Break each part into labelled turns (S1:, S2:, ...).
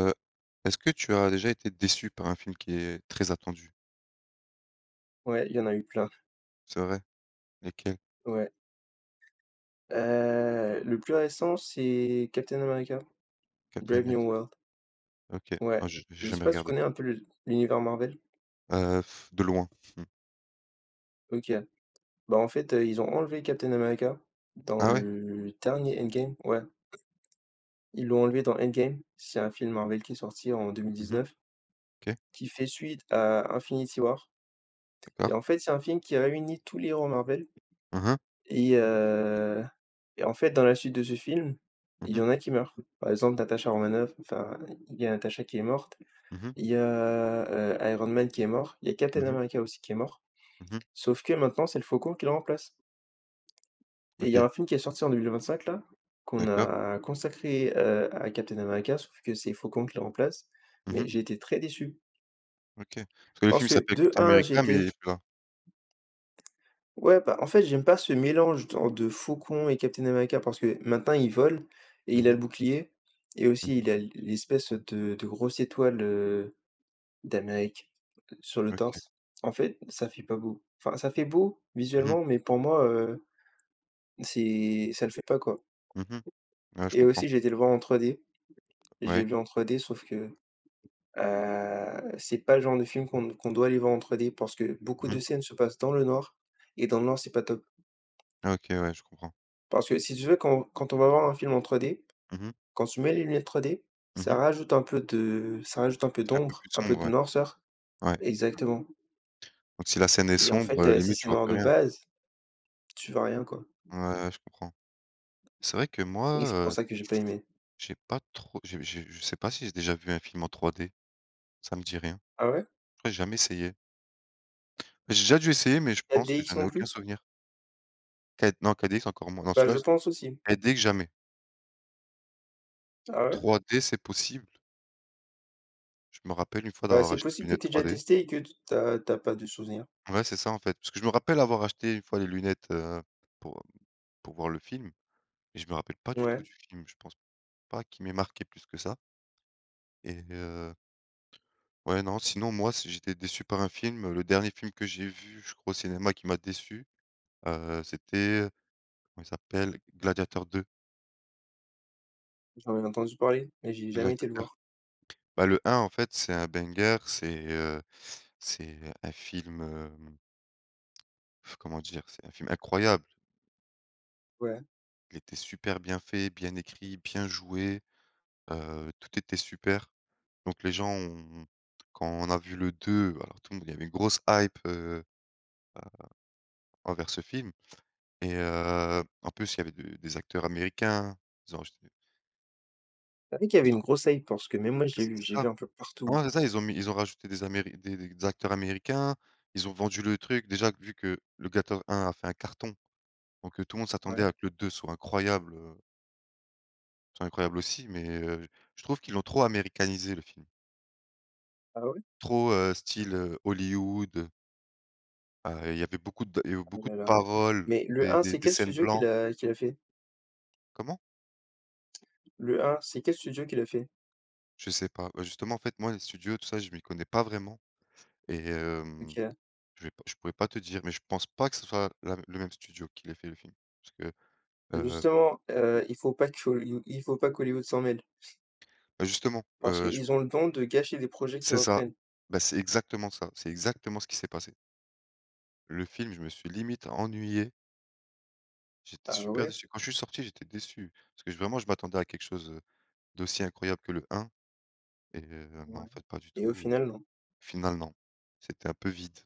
S1: Heu, Est-ce que tu as déjà été déçu par un film qui est très attendu?
S2: Ouais, il y en a eu plein,
S1: C'est vrai? Lesquels?
S2: ouais. Le plus récent, c'est Captain America:
S1: Captain
S2: Brave New
S1: America?
S2: World.
S1: OK.
S2: Ouais.
S1: Ah j'ai
S2: Je sais
S1: jamais
S2: pas si tu
S1: regardé.
S2: connais un peu le l'univers Marvel?
S1: Heu, de loin.
S2: OK. Bah, en fait, ils ont enlevé Captain America dans
S1: Ah ouais?
S2: le dernier Endgame, ouais. Ils l'ont enlevé dans Endgame. C'est un film Marvel qui est sorti en
S1: Mmh.
S2: 2019,
S1: OK,
S2: qui fait suite à Infinity War et
S1: d'accord.
S2: en fait, c'est un film qui réunit tous les héros Marvel
S1: Mmh mh.
S2: et heu et en fait, dans la suite de ce film, il
S1: Mmh
S2: y
S1: mh.
S2: en a qui meurent. Par exemple, Natasha Romanoff, enfin, il y a Natasha qui est morte.
S1: Mmh.
S2: Il y a, Iron Man qui est mort, il y a Captain
S1: Mmh.
S2: America aussi qui est mort,
S1: Mmh.
S2: sauf que maintenant c'est le Faucon qui le remplace et il y a
S1: OK,
S2: un film qui est sorti en 2025 là, qu'on
S1: d'accord.
S2: a consacré, à Captain America, sauf que c'est Faucon qui le remplace, mais
S1: Mmh.
S2: j'ai été très déçu
S1: OK. Parce que le
S2: parce
S1: film
S2: que
S1: s'appelle
S2: de
S1: Captain
S2: un,
S1: America, mais
S2: j'étais
S1: il est plus là.
S2: ouais, bah, en fait j'aime pas ce mélange dans de Faucon et Captain America parce que maintenant il vole et il
S1: Mmh
S2: a le
S1: mh.
S2: bouclier et aussi
S1: Mmh.
S2: il a l'espèce de grosse étoile, d'Amérique, sur le
S1: OK.
S2: torse. En fait, ça fait pas beau. Enfin, ça fait beau
S1: Mmh mh.
S2: visuellement, mais pour moi, c'est ça le fait pas, quoi.
S1: Mmh. Ouais, je
S2: Et
S1: comprends.
S2: aussi, j'ai été le voir en 3D. Je l'ai
S1: Ouais.
S2: vu en 3D, sauf que, c'est pas le genre de film qu'on doit aller voir en 3D parce que beaucoup de
S1: Mmh.
S2: scènes se passent dans le noir et dans le noir, c'est pas top.
S1: Ah, OK, ouais, je comprends.
S2: Parce que si tu veux, quand on va voir un film en 3D,
S1: Mmh mh.
S2: quand tu mets les lunettes 3D,
S1: Mmh.
S2: ça rajoute un peu
S1: C'est un peu
S2: d'ombre,
S1: plus
S2: un peu
S1: sombre,
S2: de
S1: ouais.
S2: noirceur.
S1: Ouais.
S2: Exactement.
S1: Donc si la scène est
S2: Et en
S1: sombre,
S2: fait, si
S1: limite tu
S2: c'est
S1: vois
S2: noir
S1: plus
S2: de
S1: rien.
S2: base, tu vois rien, quoi.
S1: Ouais, ouais, je comprends. C'est vrai que moi,
S2: Et c'est pour ça que j'ai pas aimé.
S1: j'ai pas trop, j'ai je sais pas si j'ai déjà vu un film en 3D, ça me dit rien.
S2: Ah ouais?
S1: J'ai jamais essayé. J'ai déjà dû essayer, mais je
S2: La
S1: pense que
S2: DX
S1: j'en ai
S2: non
S1: aucun
S2: plus?
S1: souvenir. Qua Non, K d dx encore moins. Non,
S2: Bah,
S1: celui-là,
S2: je pense aussi.
S1: 4DX jamais.
S2: Ah ouais?
S1: 3D, c'est possible. Je me rappelle une fois
S2: Bah,
S1: d'avoir
S2: c'est
S1: acheté des
S2: possible que
S1: lunettes
S2: t'aies déjà
S1: 3D.
S2: testé et que tu t'as tu pas de souvenir.
S1: Ouais, c'est ça, en fait. Parce que je me rappelle avoir acheté une fois les lunettes, pour, pour voir le film, mais je me rappelle pas du tout
S2: Ouais,
S1: du film. Je pense pas qu'il m'ait marqué plus que ça et heu, ouais, non, sinon moi, si j'étais déçu par un film, le dernier film que j'ai vu, je crois, au cinéma qui m'a déçu, c'était... Comment il s'appelle? Gladiator 2.
S2: j'en avais entendu parler, mais j'ai jamais été le
S1: Gladiator.
S2: voir.
S1: Bah, le 1 en fait, c'est un banger, c'est un film, comment dire? C'est un film incroyable.
S2: Ouais.
S1: Il était super bien fait, bien écrit, bien joué, tout était super. Donc les gens ont Quand on a vu le 2, alors tout le monde, il y avait une grosse hype, envers ce film et en plus il y avait de des acteurs américains. Ils ont
S2: C'est vrai qu'il y avait
S1: ils
S2: une
S1: ont
S2: grosse hype parce que même moi je l'ai vu,
S1: C'est
S2: j'ai
S1: ça.
S2: vu un peu partout.
S1: Ouais, c'est ça, ils ont rajouté des acteurs américains, ils ont vendu le truc. Déjà, vu que le Gator 1 a fait un carton, donc tout le monde s'attendait
S2: Ouais.
S1: à que le 2 soit incroyable aussi, mais je trouve qu'ils l'ont trop américanisé le film.
S2: Ah ouais?
S1: Trop, style, Hollywood, ah, il y avait beaucoup
S2: Oh
S1: de
S2: là là.
S1: paroles,
S2: Mais le
S1: des
S2: un
S1: des
S2: c'est
S1: des
S2: quel
S1: scènes
S2: studio qui
S1: blancs.
S2: l'a qui l'a fait?
S1: Comment?
S2: Le un c'est quel studio qui l'a fait?
S1: Je sais pas. Bah, justement, en fait, moi, les studios, tout ça, je m'y connais pas vraiment et
S2: OK.
S1: je pourrais pas te dire, mais je pense pas que ce soit la le même studio qui l'ait fait le film. Parce que...
S2: Justement, il faut pas qu'Hollywood s'en mêle
S1: Bah, justement,
S2: parce
S1: j
S2: qu'ils ont le don de gâcher des projets qu'ils
S1: c'est ça.
S2: reprennent.
S1: Bah, c'est exactement ça, c'est exactement ce qui s'est passé. Le film, je me suis limite ennuyé, j'étais
S2: Ah
S1: super
S2: ouais?
S1: déçu. Quand je suis sorti, j'étais déçu, parce que j vraiment je m'attendais à quelque chose, d'aussi incroyable que le 1 . Non,
S2: Ouais
S1: en fait, pas du
S2: et
S1: tout.
S2: au
S1: Au
S2: final, non.
S1: final, non. C'était un peu vide.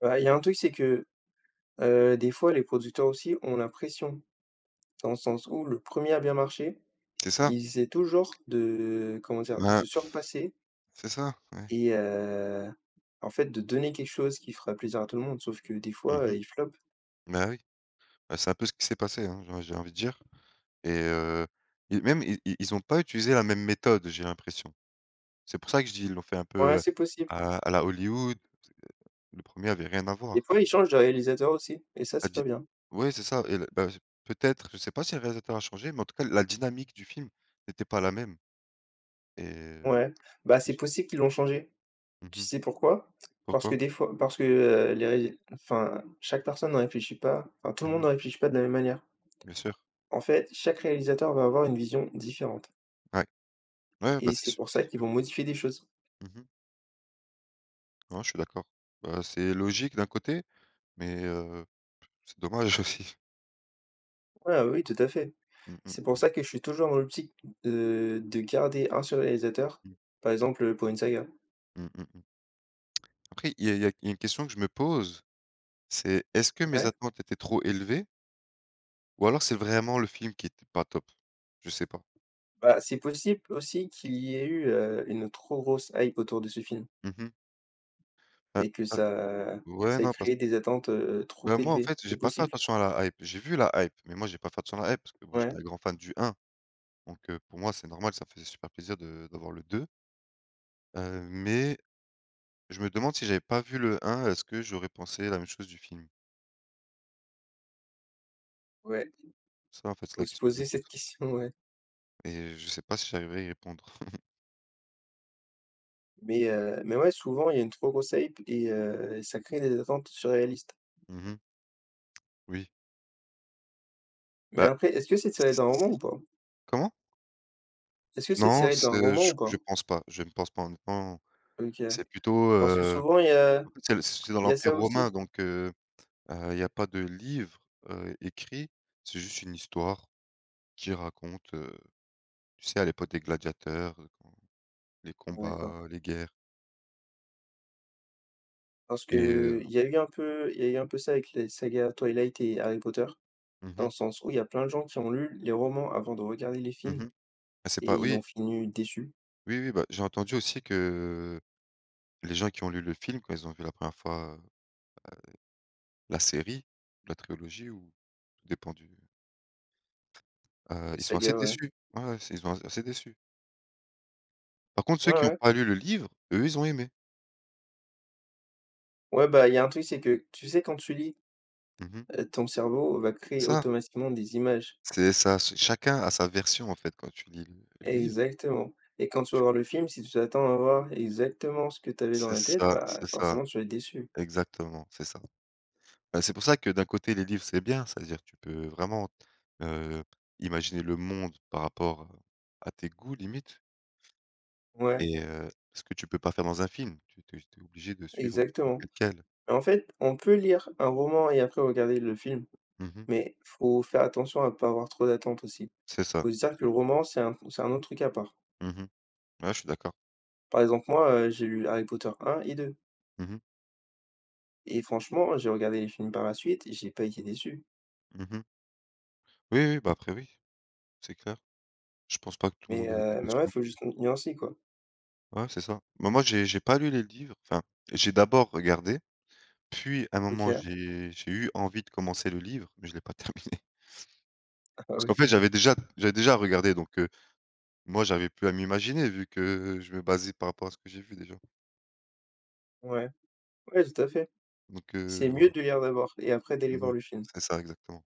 S2: Bah, il y a un truc, c'est que, des fois, les producteurs aussi ont la pression, dans le sens où le premier a bien marché,
S1: C'est ça,
S2: ils essaient toujours de comment dire? De
S1: bah,
S2: se surpasser
S1: c'est ça, ouais.
S2: et en fait, de donner quelque chose qui fera plaisir à tout le monde, sauf que des
S1: Mmh
S2: fois,
S1: mh.
S2: ils flopent.
S1: Bah, oui, bah, c'est un peu ce qui s'est passé, hein, j'ai envie de dire et heu et même, i i ils ont pas utilisé la même méthode, j'ai l'impression. C'est pour ça que je dis, ils l'ont fait un
S2: Ouais,
S1: peu
S2: c'est possible.
S1: à la Hollywood. Le premier avait rien à
S2: Des
S1: voir.
S2: fois, ils changent de réalisateur aussi et ça,
S1: La
S2: c'est pas
S1: di
S2: bien.
S1: Ouais, c'est ça et le bah, j peut-être, je sais pas si le réalisateur a changé, mais en tout cas la dynamique du film n'était pas la même et
S2: Ouais, bah, c'est
S1: j
S2: possible qu'ils l'ont changé. Tu
S1: Mmh.
S2: sais pourquoi? Parce que
S1: Pourquoi?
S2: des fois parce que, les ré enfin, chaque personne ne réfléchit pas enfin, tout le monde
S1: Mmh.
S2: ne réfléchit pas de la même manière.
S1: Bien sûr.
S2: En fait, chaque réalisateur va avoir une vision différente
S1: Ouais. Ouais, bah,
S2: et
S1: c'est
S2: c'est
S1: sûr,
S2: pour
S1: c'est
S2: ça qu'ils
S1: sûr.
S2: vont modifier des choses.
S1: Mmh mh. Non, je suis d'accord. Bah, c'est logique d'un côté, mais c'est dommage aussi.
S2: Ouais, oui, tout à fait.
S1: Mmh mh,
S2: C'est pour
S1: mmh mh.
S2: ça que je suis toujours dans l'optique de garder un seul réalisateur, par exemple, pour une saga.
S1: Mmh mh, mmh. Après il y a il y a il y a une question que je me pose, c'est est-ce que mes
S2: Ouais.
S1: attentes étaient trop élevées ou alors c'est vraiment le film qui était pas top? Je sais pas.
S2: Bah, c'est possible aussi qu'il y ait eu, une trop grosse hype autour de ce film
S1: Mmh. Ah,
S2: et que
S1: ah,
S2: ça
S1: ouais,
S2: ça ait
S1: non parce
S2: créé des attentes, trop
S1: Bah, moi, en
S2: élevées.
S1: fait, j'ai
S2: C'est
S1: pas fait
S2: possible.
S1: attention à la hype. J'ai vu la hype, mais moi, j'ai pas fait attention à la hype parce que bon, j'étais
S2: Ouais,
S1: un grand fan du 1, donc pour moi, c'est normal, ça me faisait super plaisir de d'avoir le 2, mais je me demande si j'avais pas vu le 1, est-ce que j'aurais pensé la même chose du film?
S2: ouais,
S1: Ça, en fait, c'est
S2: faut
S1: la
S2: se
S1: question que je me
S2: poser
S1: pose
S2: cette question, ouais.
S1: et je sais pas si j'arriverai à y répondre.
S2: Mais ouais, souvent, il y a une trop grosse hype et ça crée des attentes surréalistes.
S1: Mmh. Oui,
S2: Mais
S1: bah,
S2: après, est-ce que c'est tiré d'un roman ou
S1: si...
S2: pas?
S1: Comment?
S2: Est-ce que c'est
S1: Non,
S2: tiré d'un
S1: c'est
S2: roman ou
S1: je
S2: pas?
S1: je pense pas, je ne pense pas, honnêtement.
S2: OK.
S1: C'est plutôt,
S2: Parce que souvent, il y a
S1: en fait, c'est dans
S2: il y a
S1: l'Empire
S2: ça aussi?
S1: romain, donc, il y a pas de livre, écrit, c'est juste une histoire qui raconte, tu sais, à l'époque des gladiateurs, quand les
S2: Ah, d'accord.
S1: combats, les guerres
S2: Parce
S1: et
S2: que
S1: heu
S2: il y a eu un peu il y a eu un peu ça avec les sagas Twilight et Harry Potter,
S1: mmh
S2: dans
S1: mh,
S2: le sens où il y a plein de gens qui ont lu les romans avant de regarder les films
S1: mmh. Ah c'est
S2: et
S1: pas
S2: ils
S1: Oui,
S2: ont fini déçus.
S1: oui, oui, bah, j'ai entendu aussi que les gens qui ont lu le film, quand ils ont vu la première fois, la série, la trilogie ou tout dépend du...
S2: Les
S1: Ils sont
S2: sagas,
S1: assez
S2: ouais.
S1: déçus. Ouais, ouais, c'est... ils sont assez déçus. Par contre ceux
S2: Ouais,
S1: qui n'ont
S2: ouais.
S1: pas lu le livre, eux, ils ont aimé.
S2: Ouais, bah, il y a un truc, c'est que tu sais, quand tu lis,
S1: Mmh.
S2: ton cerveau va créer
S1: C'est ça,
S2: automatiquement des images.
S1: c'est ça, ch chacun a sa version en fait quand tu lis le livre.
S2: Exactement et quand tu vas voir le film, si tu t'attends à voir exactement ce que tu avais dans la tête, bah,
S1: C'est ça,
S2: forcément, tu vas être déçu.
S1: exactement, c'est ça. Bah, c'est pour ça que d'un côté les livres, c'est bien, c'est-à-dire tu peux vraiment, heu, imaginer le monde par rapport à tes goûts, limite,
S2: Ouais,
S1: et ce que tu peux pas faire dans un film. Tu es obligé de suivre le film
S2: exactement.
S1: tel quel.
S2: En fait, on peut lire un roman et après regarder le film,
S1: Mmh.
S2: mais faut faire attention à pas avoir trop d'attentes aussi.
S1: C'est ça.
S2: Faut se dire que le roman, c'est un autre truc à part.
S1: Mmh. Ouais, je suis d'accord.
S2: Par exemple, moi, j'ai lu Harry Potter un et deux.
S1: Mmh mh.
S2: Et franchement, j'ai regardé les films par la suite et j'ai pas été déçu.
S1: Mmh. Oui, oui, bah, après oui, c'est clair. Je pense pas que tout le
S2: Mais,
S1: monde a été
S2: euh, mais
S1: déçu
S2: ouais,
S1: non
S2: faut
S1: plus.
S2: juste nuancer, quoi.
S1: Ouais, c'est ça. Bah, moi j'ai pas lu les livres, enfin, j'ai d'abord regardé. Puis à un
S2: OK,
S1: moment, j'ai eu envie de commencer le livre, mais je l'ai pas terminé.
S2: ah
S1: Parce
S2: ouais.
S1: qu'en fait, j'avais déjà regardé, donc moi, j'avais plus à m'imaginer vu que je me basais par rapport à ce que j'ai vu déjà.
S2: Ouais, ouais, tout à fait.
S1: Donc,
S2: C'est
S1: voilà,
S2: mieux de lire d'abord et après d'aller
S1: c'est
S2: voir
S1: mieux.
S2: le film.
S1: C'est ça exactement.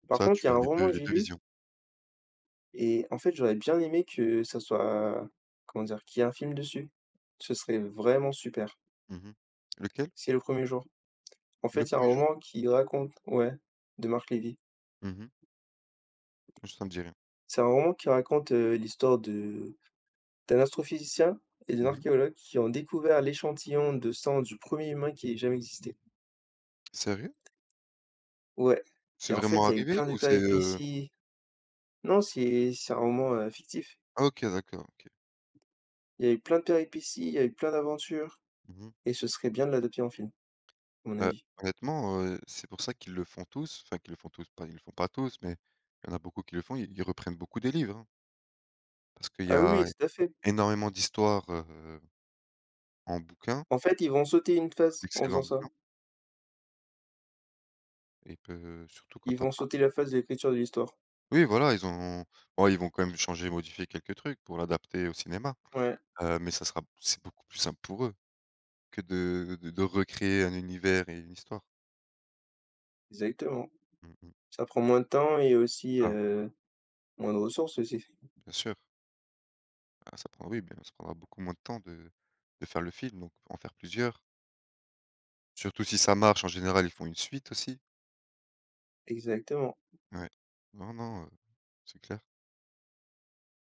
S1: Comme
S2: Par
S1: ça,
S2: contre, il y a
S1: tu
S2: un
S1: as
S2: roman que
S1: les
S2: j'ai
S1: 2
S2: lu.
S1: visions.
S2: Et en fait, j'aurais bien aimé que ça soit, comment dire? Qu'il y ait un film dessus. Ce serait vraiment super.
S1: Mmh. Lequel?
S2: C'est le premier jour. En
S1: Le
S2: fait, c'est un
S1: premier jour?
S2: roman qui raconte ouais, de Marc Lévy.
S1: Mmh mh. Ça me dit rien.
S2: C'est un roman qui raconte, l'histoire de d'un astrophysicien et d'un
S1: Mmh.
S2: archéologue qui ont découvert l'échantillon de sang du premier humain qui ait jamais existé.
S1: Sérieux?
S2: Ouais
S1: C'est
S2: et en
S1: vraiment
S2: fait, il y a eu
S1: arrivé
S2: plein de
S1: ou c'est,
S2: péripéties. Non, c'est un roman, fictif.
S1: ah, OK, d'accord, OK.
S2: Il y a eu plein de péripéties, il y a eu plein d'aventures
S1: Mmh mh.
S2: et ce serait bien de l'adapter en film, à mon
S1: Bah,
S2: avis.
S1: honnêtement, c'est pour ça qu'ils le font tous, enfin qu'ils le font tous, pas ils le font pas tous, mais il y en a beaucoup qui le font, ils reprennent beaucoup des livres, hein. Parce qu'il y
S2: Ah oui, oui,
S1: a
S2: tout à fait.
S1: énormément d'histoires, en bouquin,
S2: En fait, ils vont sauter une phase en faisant
S1: d'excellents
S2: ça.
S1: bouquins et que surtout quand
S2: Ils
S1: t'as
S2: vont
S1: pas...
S2: sauter la phase de l'écriture de l'histoire.
S1: Oui voilà, ils ont bon, ils vont quand même changer, modifier quelques trucs pour l'adapter au cinéma,
S2: Ouais,
S1: mais ça sera c'est beaucoup plus simple pour eux que de recréer un univers et une histoire.
S2: exactement.
S1: Mmh mh.
S2: Ça prend moins de temps et aussi,
S1: Ça,
S2: moins de ressources aussi.
S1: bien sûr. Ah ça prend Oui, bien, ça prendra beaucoup moins de temps de faire le film, donc en faire plusieurs. Surtout si ça marche, en général, ils font une suite aussi.
S2: Exactement.
S1: Ouais. Non, non, c'est clair.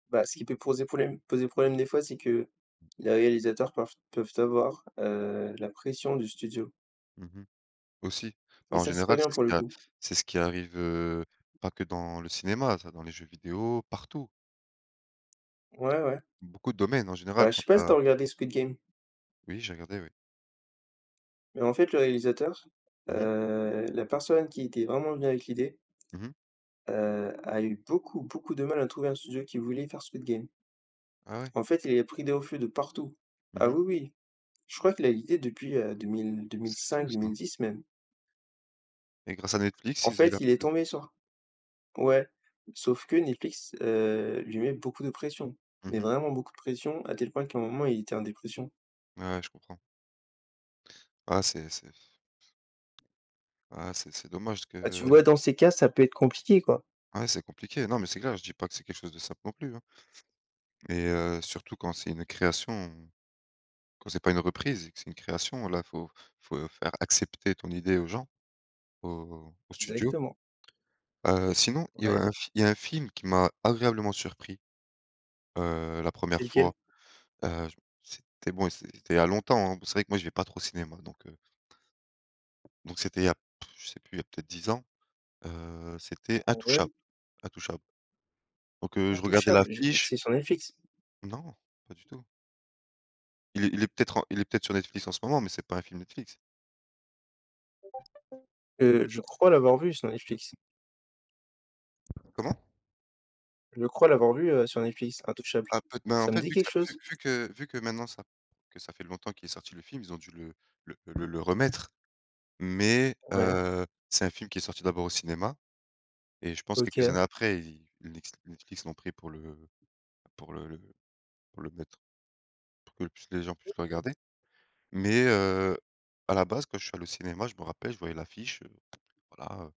S2: Bah, ce qui peut poser problème des fois, c'est que les réalisateurs peuvent avoir, la pression du studio
S1: Mmh. Aussi. Bah,
S2: et
S1: en
S2: ça, c'est pas
S1: général,
S2: bien pour le coup.
S1: c'est ce qui arrive, pas que dans le cinéma, ça, dans les jeux vidéo, partout.
S2: Ouais, ouais.
S1: Beaucoup de domaines en général
S2: Bah, je
S1: quand
S2: sais pas si t'as
S1: tu
S2: regardé Squid Game?
S1: Oui, j'ai regardé, oui.
S2: Mais en fait, le réalisateur,
S1: Mmh mh.
S2: la personne qui était vraiment venue avec l'idée,
S1: Mmh.
S2: a eu beaucoup, beaucoup de mal à trouver un studio qui voulait faire Squid Game.
S1: Ah ouais.
S2: En fait, il a pris des refus de partout. Ah
S1: Mmh.
S2: oui, oui, je crois qu'il a l'idée depuis, deux mille
S1: C'est
S2: cinq,
S1: fou
S2: deux
S1: ça,
S2: mille
S1: hein,
S2: dix même.
S1: et grâce à Netflix,
S2: En
S1: ils
S2: fait,
S1: a
S2: il est
S1: pu...
S2: tombé sur ouais, sauf que Netflix, lui met beaucoup de pression, mais
S1: Mmh.
S2: vraiment beaucoup de pression, à tel point qu'à un moment, il était en dépression.
S1: Ouais, je comprends. Ah c'est c'est ah c'est dommage
S2: Bah, tu vois,
S1: que...
S2: dans ces cas, ça peut être compliqué, quoi.
S1: Ouais, c'est compliqué. Non, mais c'est clair, je dis pas que c'est quelque chose de simple non plus, hein. Surtout quand c'est une création, quand c'est pas une reprise et que c'est une création, là, faut faire accepter ton idée aux gens, au aux studios.
S2: Exactement,
S1: Sinon,
S2: ouais.
S1: il y a un film qui m'a agréablement surpris, la
S2: C'est
S1: première fois.
S2: lequel?
S1: Je c'était Bon, c'était il y a longtemps, hein. C'est vrai que moi, je vais pas trop au cinéma, donc c'était il y a je sais plus, il y a peut-être 10 ans, c'était
S2: Ah ouais?
S1: Intouchable. Intouchable. Donc, je regardais
S2: Intouchable, j'ai
S1: l'affiche...
S2: c'est sur Netflix?
S1: Non, pas du tout. Il est peut-être en il est peut-être sur Netflix en ce moment, mais c'est pas un film Netflix.
S2: Je crois l'avoir vu sur Netflix.
S1: Comment?
S2: Je crois l'avoir vu, sur Netflix, Intouchable.
S1: Ah peut Ben, en
S2: Ça me
S1: fait,
S2: dit quelque chose?
S1: vu que maintenant, ça que ça fait longtemps qu'il est sorti le film, ils ont dû le remettre. Mais
S2: Ouais,
S1: c'est un film qui est sorti d'abord au cinéma et je pense quelques
S2: OK.
S1: années après, ils Nex Netflix l'ont pris pour pour le le le mettre, pour que plus les gens puissent le regarder. Mais à la base, quand je suis allé au cinéma, je me rappelle, je voyais l'affiche, voilà,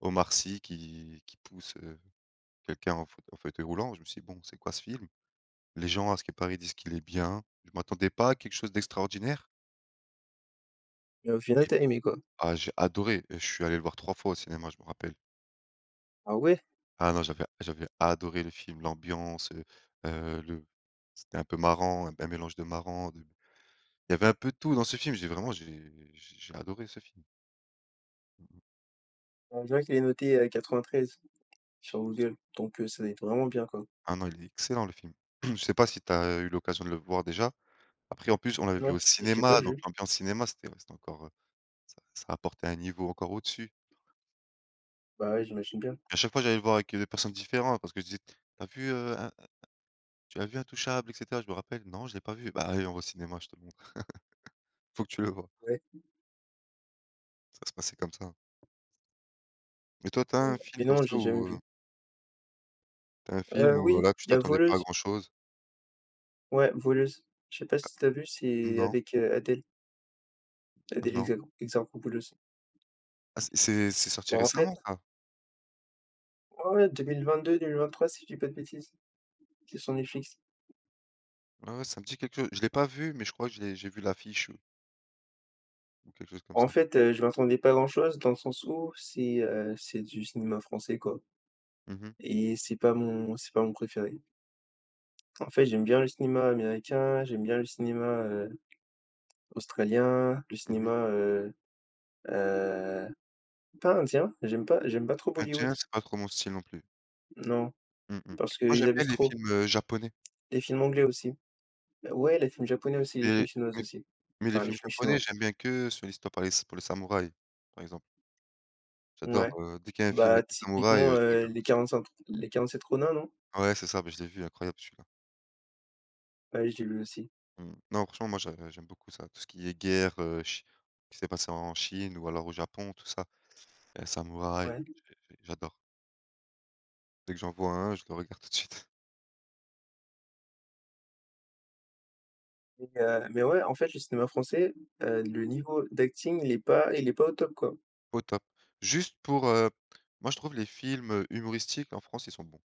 S1: Omar Sy qui pousse, quelqu'un en fauteuil roulant. Je me suis dit: «Bon, c'est quoi ce film?» Les gens, à ce qui paraît, disent qu'il est bien. Je m'attendais pas à quelque chose d'extraordinaire
S2: Mais au final,
S1: et
S2: t'as aimé, quoi?
S1: ah, j'ai adoré, je suis allé le voir 3 fois au cinéma, je me rappelle.
S2: Ah ouais?
S1: Ah non, j'avais adoré le film, l'ambiance, le c'était un peu marrant, un mélange de marrant, de il y avait un peu de tout dans ce film, j'ai adoré ce film.
S2: Bah, je vois qu'il est noté, 93 sur Google, donc ça doit être vraiment bien, quoi.
S1: Ah non, il est excellent le film. Je sais pas si tu as eu l'occasion de le voir déjà? Après en plus, on l'avait vu
S2: Non,
S1: au
S2: j'ai pas
S1: cinéma, donc
S2: vu.
S1: l'ambiance cinéma, c'était, ouais, c'était encore, ça apportait un niveau encore au-dessus.
S2: Bah, ouais, j'imagine bien.
S1: À chaque fois, j'allais le voir avec, des personnes différentes parce que je disais: «Tu as vu, In tu as vu Intouchables et cetera?» Je me rappelle: «Non, je l'ai pas vu». «Bah, allez, on va au cinéma, je te le montre. Faut que tu le vois».
S2: Ouais,
S1: Ça se passait comme ça. Et toi, tu as
S2: mais
S1: un film
S2: mais
S1: comme
S2: non,
S1: ça
S2: j'ai jamais
S1: où,
S2: vu.
S1: tu as un
S2: euh
S1: film où,
S2: oui,
S1: là, tu
S2: il y a
S1: t'attendais pas à
S2: Voleuse.
S1: grand chose?
S2: Ouais, Voleuse. Je sais pas si t'as vu, c'est
S1: Non,
S2: avec, Adèle
S1: non.
S2: Hexa Exarchopoulos.
S1: Ah, c'est sorti
S2: Bah, en fait
S1: récemment ça?
S2: ouais, ouais, 2022-2023 si je dis pas de bêtises, c'est sur Netflix.
S1: Ouais, ouais, ça me dit quelque chose. Je l'ai pas vu, mais je crois que je l'ai j'ai vu l'affiche ou quelque chose comme
S2: En
S1: ça.
S2: fait, je m'attendais pas à grand chose dans le sens où c'est du cinéma français, quoi
S1: Mmh mh.
S2: et c'est pas mon préféré. En fait, j'aime bien le cinéma américain, j'aime bien le cinéma, australien, le
S1: Mmh mh.
S2: cinéma, heu, pas indien, j'aime pas trop
S1: Indien,
S2: Bollywood.
S1: c'est pas trop mon style non plus.
S2: Non,
S1: Mmh mh.
S2: parce
S1: Moi,
S2: qu'ils
S1: j'aime bien
S2: abusent
S1: les
S2: trop.
S1: films, japonais,
S2: Les films anglais aussi. Bah, ouais, les films japonais aussi, les
S1: mais
S2: films chinois
S1: mais
S2: aussi.
S1: mais les
S2: Enfin, les
S1: films
S2: films
S1: japonais,
S2: chinois.
S1: j'aime bien que sur l'histoire, par les s pour les samouraïs, par exemple. J'adore,
S2: Ouais.
S1: dès qu'il y a un film
S2: Bah,
S1: avec les samouraïs,
S2: typiquement,
S1: je regarde tout de suite.
S2: les 47 Ronin, non?
S1: Ouais, c'est ça, bah, je l'ai vu, incroyable celui-là.
S2: Ouais, je vu aussi.
S1: Mmh. Non, franchement, moi, je j'aime beaucoup ça. Tout ce qui est guerre, chi qui s'est passé en Chine ou alors au Japon, tout ça. Samouraï,
S2: Ouais.
S1: j'adore. Dès que j'en vois un, je le regarde tout de suite.
S2: Et mais ouais, en fait, le cinéma français, le niveau d'acting, il est pas au top, quoi.
S1: Au top. Juste pour, heu Moi, je trouve les films, humoristiques en France, ils sont bons.